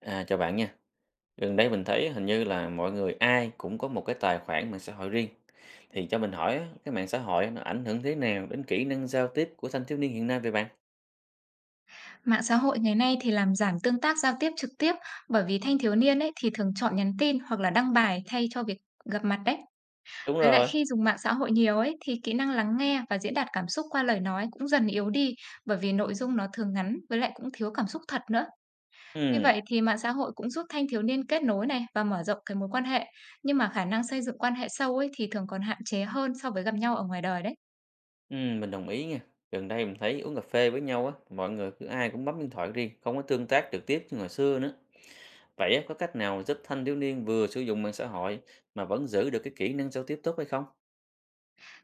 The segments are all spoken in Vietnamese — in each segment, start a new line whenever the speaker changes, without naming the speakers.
À, chào bạn nha. Gần đây mình thấy hình như là mọi người ai cũng có một cái tài khoản mạng xã hội riêng. Thì cho mình hỏi á, cái mạng xã hội nó ảnh hưởng thế nào đến kỹ năng giao tiếp của thanh thiếu niên hiện nay vậy bạn?
Mạng xã hội ngày nay thì làm giảm tương tác giao tiếp trực tiếp, bởi vì thanh thiếu niên ấy thì thường chọn nhắn tin hoặc là đăng bài thay cho việc gặp mặt đấy.
Đúng
Với lại
rồi.
khi dùng mạng xã hội nhiều ấy thì kỹ năng lắng nghe và diễn đạt cảm xúc qua lời nói cũng dần yếu đi, bởi vì nội dung nó thường ngắn với lại cũng thiếu cảm xúc thật nữa.
Ừ,
Như vậy thì mạng xã hội cũng giúp thanh thiếu niên kết nối này và mở rộng cái mối quan hệ, nhưng mà khả năng xây dựng quan hệ sâu ấy thì thường còn hạn chế hơn so với gặp nhau ở ngoài đời đấy.
ừ, mình đồng ý nha. Gần đây mình thấy uống cà phê với nhau á, mọi người cứ ai cũng bấm điện thoại riêng, không có tương tác trực tiếp như ngày xưa nữa. Vậy á, có cách nào giúp thanh thiếu niên vừa sử dụng mạng xã hội mà vẫn giữ được cái kỹ năng giao tiếp tốt hay không?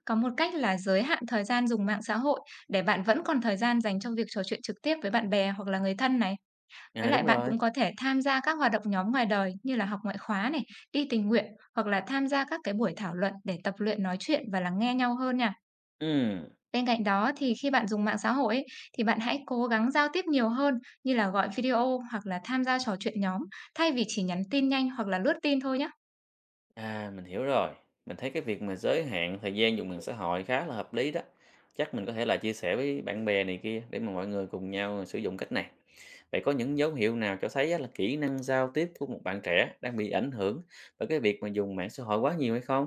Có một cách là giới hạn thời gian dùng mạng xã hội để bạn vẫn còn thời gian dành cho việc trò chuyện trực tiếp với bạn bè hoặc là người thân này. Với
À,
lại
đúng
bạn
rồi.
cũng có thể tham gia các hoạt động nhóm ngoài đời như là học ngoại khóa này, đi tình nguyện hoặc là tham gia các cái buổi thảo luận để tập luyện nói chuyện và lắng nghe nhau hơn nha.
Ừ.
Bên cạnh đó thì khi bạn dùng mạng xã hội ấy, thì bạn hãy cố gắng giao tiếp nhiều hơn như là gọi video hoặc là tham gia trò chuyện nhóm thay vì chỉ nhắn tin nhanh hoặc là lướt tin thôi nhé.
À, mình hiểu rồi. Mình thấy cái việc mà giới hạn thời gian dùng mạng xã hội khá là hợp lý đó. Chắc mình có thể là chia sẻ với bạn bè này kia để mà mọi người cùng nhau sử dụng cách này. Vậy có những dấu hiệu nào cho thấy á là kỹ năng giao tiếp của một bạn trẻ đang bị ảnh hưởng bởi cái việc mà dùng mạng xã hội quá nhiều hay không?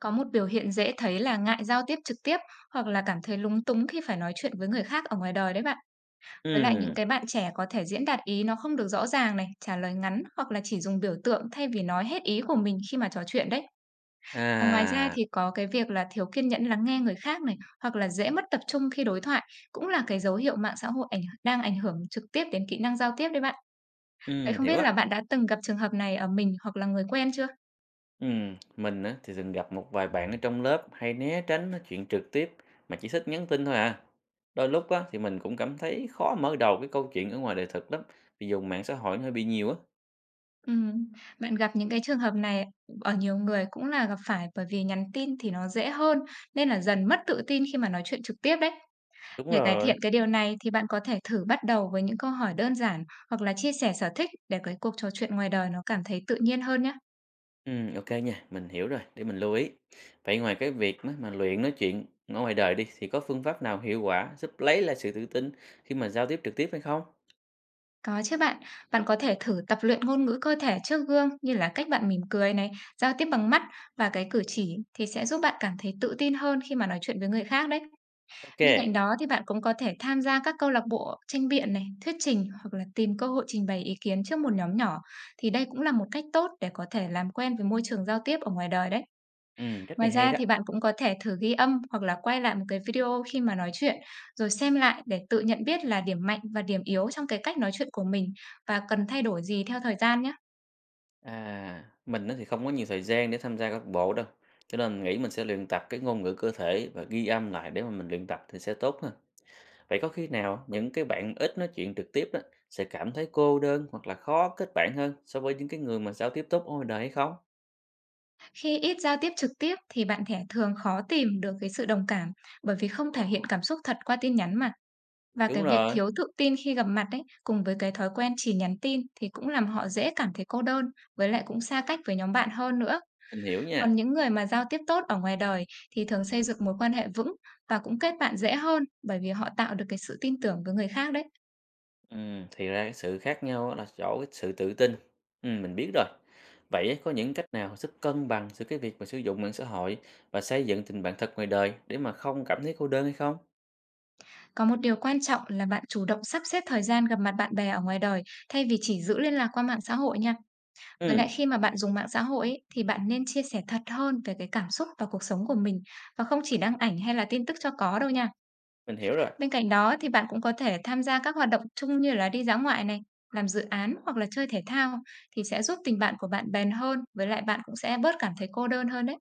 Có một biểu hiện dễ thấy là ngại giao tiếp trực tiếp hoặc là cảm thấy lúng túng khi phải nói chuyện với người khác ở ngoài đời đấy bạn. Với lại những
Ừ,
cái bạn trẻ có thể diễn đạt ý nó không được rõ ràng này, trả lời ngắn hoặc là chỉ dùng biểu tượng thay vì nói hết ý của mình khi mà trò chuyện đấy. Còn ngoài ra
à,
thì có cái việc là thiếu kiên nhẫn lắng nghe người khác này hoặc là dễ mất tập trung khi đối thoại cũng là cái dấu hiệu mạng xã hội đang ảnh hưởng trực tiếp đến kỹ năng giao tiếp đấy bạn. Vậy
mình
không
hiểu
biết
á.
là bạn đã từng gặp trường hợp này ở mình hoặc là người quen chưa?
Mình á, thì từng gặp một vài bạn ở trong lớp hay né tránh nói chuyện trực tiếp mà chỉ thích nhắn tin thôi à. Đôi lúc á, thì mình cũng cảm thấy khó mở đầu cái câu chuyện ở ngoài đời thực lắm vì dùng mạng xã hội nó hơi bị nhiều á.
Ừm, Bạn gặp những cái trường hợp này ở nhiều người cũng là gặp phải bởi vì nhắn tin thì nó dễ hơn, nên là dần mất tự tin khi mà nói chuyện trực tiếp đấy.
Đúng
Để cải
rồi.
thiện cái điều này thì bạn có thể thử bắt đầu với những câu hỏi đơn giản hoặc là chia sẻ sở thích để cái cuộc trò chuyện ngoài đời nó cảm thấy tự nhiên hơn nhé.
Ok nha, mình hiểu rồi, để mình lưu ý. Vậy ngoài cái việc mà luyện nói chuyện ở ngoài đời đi thì có phương pháp nào hiệu quả giúp lấy lại sự tự tin khi mà giao tiếp trực tiếp hay không?
Có chứ bạn, bạn có thể thử tập luyện ngôn ngữ cơ thể trước gương như là cách bạn mỉm cười này, giao tiếp bằng mắt và cái cử chỉ thì sẽ giúp bạn cảm thấy tự tin hơn khi mà nói chuyện với người khác đấy.
Ok,
Bên cạnh đó thì bạn cũng có thể tham gia các câu lạc bộ tranh biện này, thuyết trình hoặc là tìm cơ hội trình bày ý kiến trước một nhóm nhỏ. Thì đây cũng là một cách tốt để có thể làm quen với môi trường giao tiếp ở ngoài đời đấy.
cách này
Ngoài
hay
ra
đó.
thì bạn cũng có thể thử ghi âm hoặc là quay lại một cái video khi mà nói chuyện rồi xem lại để tự nhận biết là điểm mạnh và điểm yếu trong cái cách nói chuyện của mình và cần thay đổi gì theo thời gian nhé.
À, mình á thì không có nhiều thời gian để tham gia các bộ đâu. Cho nên mình nghĩ mình sẽ luyện tập cái ngôn ngữ cơ thể và ghi âm lại để mà mình luyện tập thì sẽ tốt hơn. Vậy có khi nào những cái bạn ít nói chuyện trực tiếp đó sẽ cảm thấy cô đơn hoặc là khó kết bạn hơn so với những cái người mà giao tiếp tốt ở ngoài đời hay không?
Khi ít giao tiếp trực tiếp thì bạn thẻ thường khó tìm được cái sự đồng cảm bởi vì không thể hiện cảm xúc thật qua tin nhắn mà. Và
Đúng
cái việc
rồi,
thiếu tự tin khi gặp mặt ấy, cùng với cái thói quen chỉ nhắn tin thì cũng làm họ dễ cảm thấy cô đơn, với lại cũng xa cách với nhóm bạn hơn nữa.
mình hiểu nha.
Còn những người mà giao tiếp tốt ở ngoài đời thì thường xây dựng mối quan hệ vững và cũng kết bạn dễ hơn bởi vì họ tạo được cái sự tin tưởng với người khác đấy.
Ừ, thì ra cái sự khác nhau á là chỗ cái sự tự tin. Ừ, mình biết rồi. Vậy á, có những cách nào giúp cân bằng giữa cái việc mà sử dụng mạng xã hội và xây dựng tình bạn thật ngoài đời để mà không cảm thấy cô đơn hay không?
Có một điều quan trọng là bạn chủ động sắp xếp thời gian gặp mặt bạn bè ở ngoài đời thay vì chỉ giữ liên lạc qua mạng xã hội nha. Với lại
Ừ.
khi mà bạn dùng mạng xã hội ấy, thì bạn nên chia sẻ thật hơn về cái cảm xúc và cuộc sống của mình và không chỉ đăng ảnh hay là tin tức cho có đâu nha.
Mình hiểu rồi.
Bên cạnh đó thì bạn cũng có thể tham gia các hoạt động chung như là đi dã ngoại này, làm dự án hoặc là chơi thể thao thì sẽ giúp tình bạn của bạn bền hơn, với lại bạn cũng sẽ bớt cảm thấy cô đơn hơn đấy.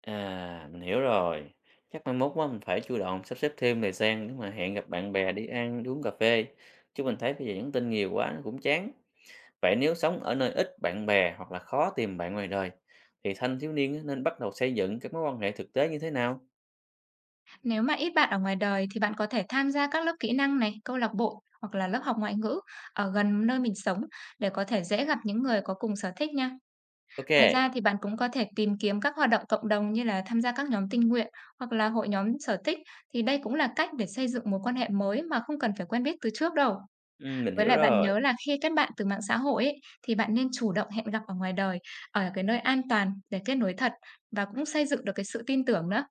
À, mình hiểu rồi. Chắc mai mốt á mình phải chủ động sắp xếp thêm thời gian để mà hẹn gặp bạn bè đi ăn, đi uống cà phê. Chứ mình thấy bây giờ nhắn tin nhiều quá nó cũng chán. Vậy nếu sống ở nơi ít bạn bè hoặc là khó tìm bạn ngoài đời, thì thanh thiếu niên á nên bắt đầu xây dựng các mối quan hệ thực tế như thế nào?
Nếu mà ít bạn ở ngoài đời thì bạn có thể tham gia các lớp kỹ năng này, câu lạc bộ hoặc là lớp học ngoại ngữ ở gần nơi mình sống để có thể dễ gặp những người có cùng sở thích nha. Ngoài ra
OK,
thì bạn cũng có thể tìm kiếm các hoạt động cộng đồng như là tham gia các nhóm tình nguyện hoặc là hội nhóm sở thích thì đây cũng là cách để xây dựng mối quan hệ mới mà không cần phải quen biết từ trước đâu.
mình
Với
hiểu
lại bạn
rồi.
nhớ là khi kết bạn từ mạng xã hội ấy, thì bạn nên chủ động hẹn gặp ở ngoài đời, ở cái nơi an toàn để kết nối thật và cũng xây dựng được cái sự tin tưởng nữa.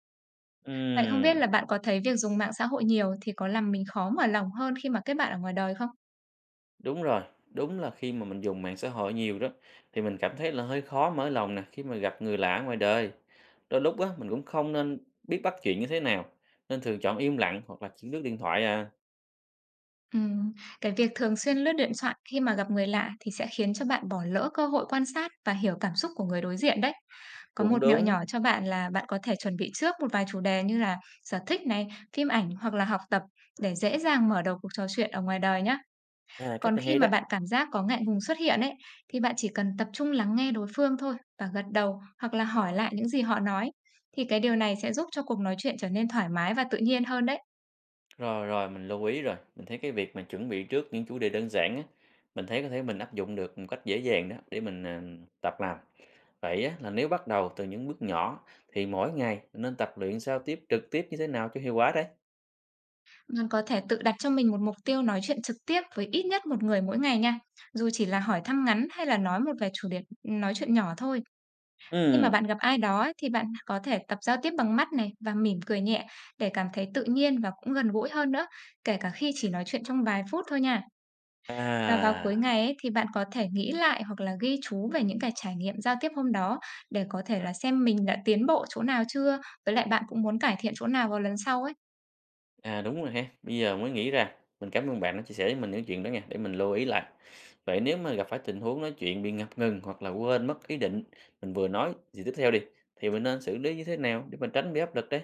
Vậy không biết
Ừm.
là bạn có thấy việc dùng mạng xã hội nhiều thì có làm mình khó mở lòng hơn khi mà kết bạn ở ngoài đời không?
Đúng rồi, đúng là khi mà mình dùng mạng xã hội nhiều đó thì mình cảm thấy là hơi khó mở lòng nè khi mà gặp người lạ ngoài đời. Đôi lúc á mình cũng không nên biết bắt chuyện như thế nào nên thường chọn im lặng hoặc là chuyển lướt điện thoại à.
Ừm, cái việc thường xuyên lướt điện thoại khi mà gặp người lạ thì sẽ khiến cho bạn bỏ lỡ cơ hội quan sát và hiểu cảm xúc của người đối diện đấy. Có
Cũng
một mẹo
đúng.
nhỏ cho bạn là bạn có thể chuẩn bị trước một vài chủ đề như là sở thích này, phim ảnh hoặc là học tập để dễ dàng mở đầu cuộc trò chuyện ở ngoài đời nhé.
À, cách
Còn
này
khi
hay
mà
đó.
bạn cảm giác có ngại ngùng xuất hiện ấy, thì bạn chỉ cần tập trung lắng nghe đối phương thôi và gật đầu hoặc là hỏi lại những gì họ nói. Thì cái điều này sẽ giúp cho cuộc nói chuyện trở nên thoải mái và tự nhiên hơn đấy.
Rồi rồi mình lưu ý rồi, mình thấy cái việc mà chuẩn bị trước những chủ đề đơn giản á, mình thấy có thể mình áp dụng được một cách dễ dàng đó để mình tập làm. Vậy á là nếu bắt đầu từ những bước nhỏ thì mỗi ngày mình nên tập luyện giao tiếp trực tiếp như thế nào cho hiệu quả đấy.
Bạn có thể tự đặt cho mình một mục tiêu nói chuyện trực tiếp với ít nhất một người mỗi ngày nha. Dù chỉ là hỏi thăm ngắn hay là nói một vài chủ đề nói chuyện nhỏ thôi. Khi mà
Ừ.
bạn gặp ai đó ấy, thì bạn có thể tập giao tiếp bằng mắt này và mỉm cười nhẹ để cảm thấy tự nhiên và cũng gần gũi hơn nữa, kể cả khi chỉ nói chuyện trong vài phút thôi nha. Và vào
À.
cuối ngày ấy, thì bạn có thể nghĩ lại hoặc là ghi chú về những cái trải nghiệm giao tiếp hôm đó để có thể là xem mình đã tiến bộ chỗ nào chưa, với lại bạn cũng muốn cải thiện chỗ nào vào lần sau ấy.
À, đúng rồi ha, bây giờ mới nghĩ ra. Mình cảm ơn bạn đã chia sẻ với mình những chuyện đó nha, để mình lưu ý lại. Vậy nếu mà gặp phải tình huống nói chuyện bị ngập ngừng hoặc là quên mất ý định mình vừa nói gì tiếp theo đi, thì mình nên xử lý như thế nào để mình tránh bị áp lực đấy?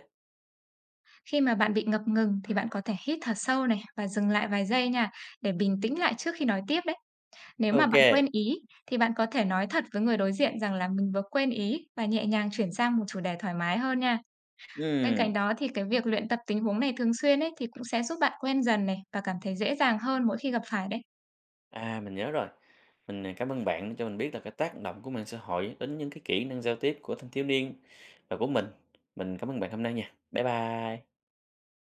Khi mà bạn bị ngập ngừng thì bạn có thể hít thở sâu này và dừng lại vài giây nha, để bình tĩnh lại trước khi nói tiếp đấy. Nếu mà bạn
Ok.
quên ý thì bạn có thể nói thật với người đối diện rằng là mình vừa quên ý và nhẹ nhàng chuyển sang một chủ đề thoải mái hơn nha. Bên
Ừm,
cạnh đó thì cái việc luyện tập tình huống này thường xuyên ấy thì cũng sẽ giúp bạn quen dần này và cảm thấy dễ dàng hơn mỗi khi gặp phải đấy.
mình nhớ rồi. Mình cảm ơn bạn đã cho mình biết là cái tác động của mạng xã hội đến những cái kỹ năng giao tiếp của thanh thiếu niên và của mình. Mình cảm ơn bạn hôm nay nha. Bye bye.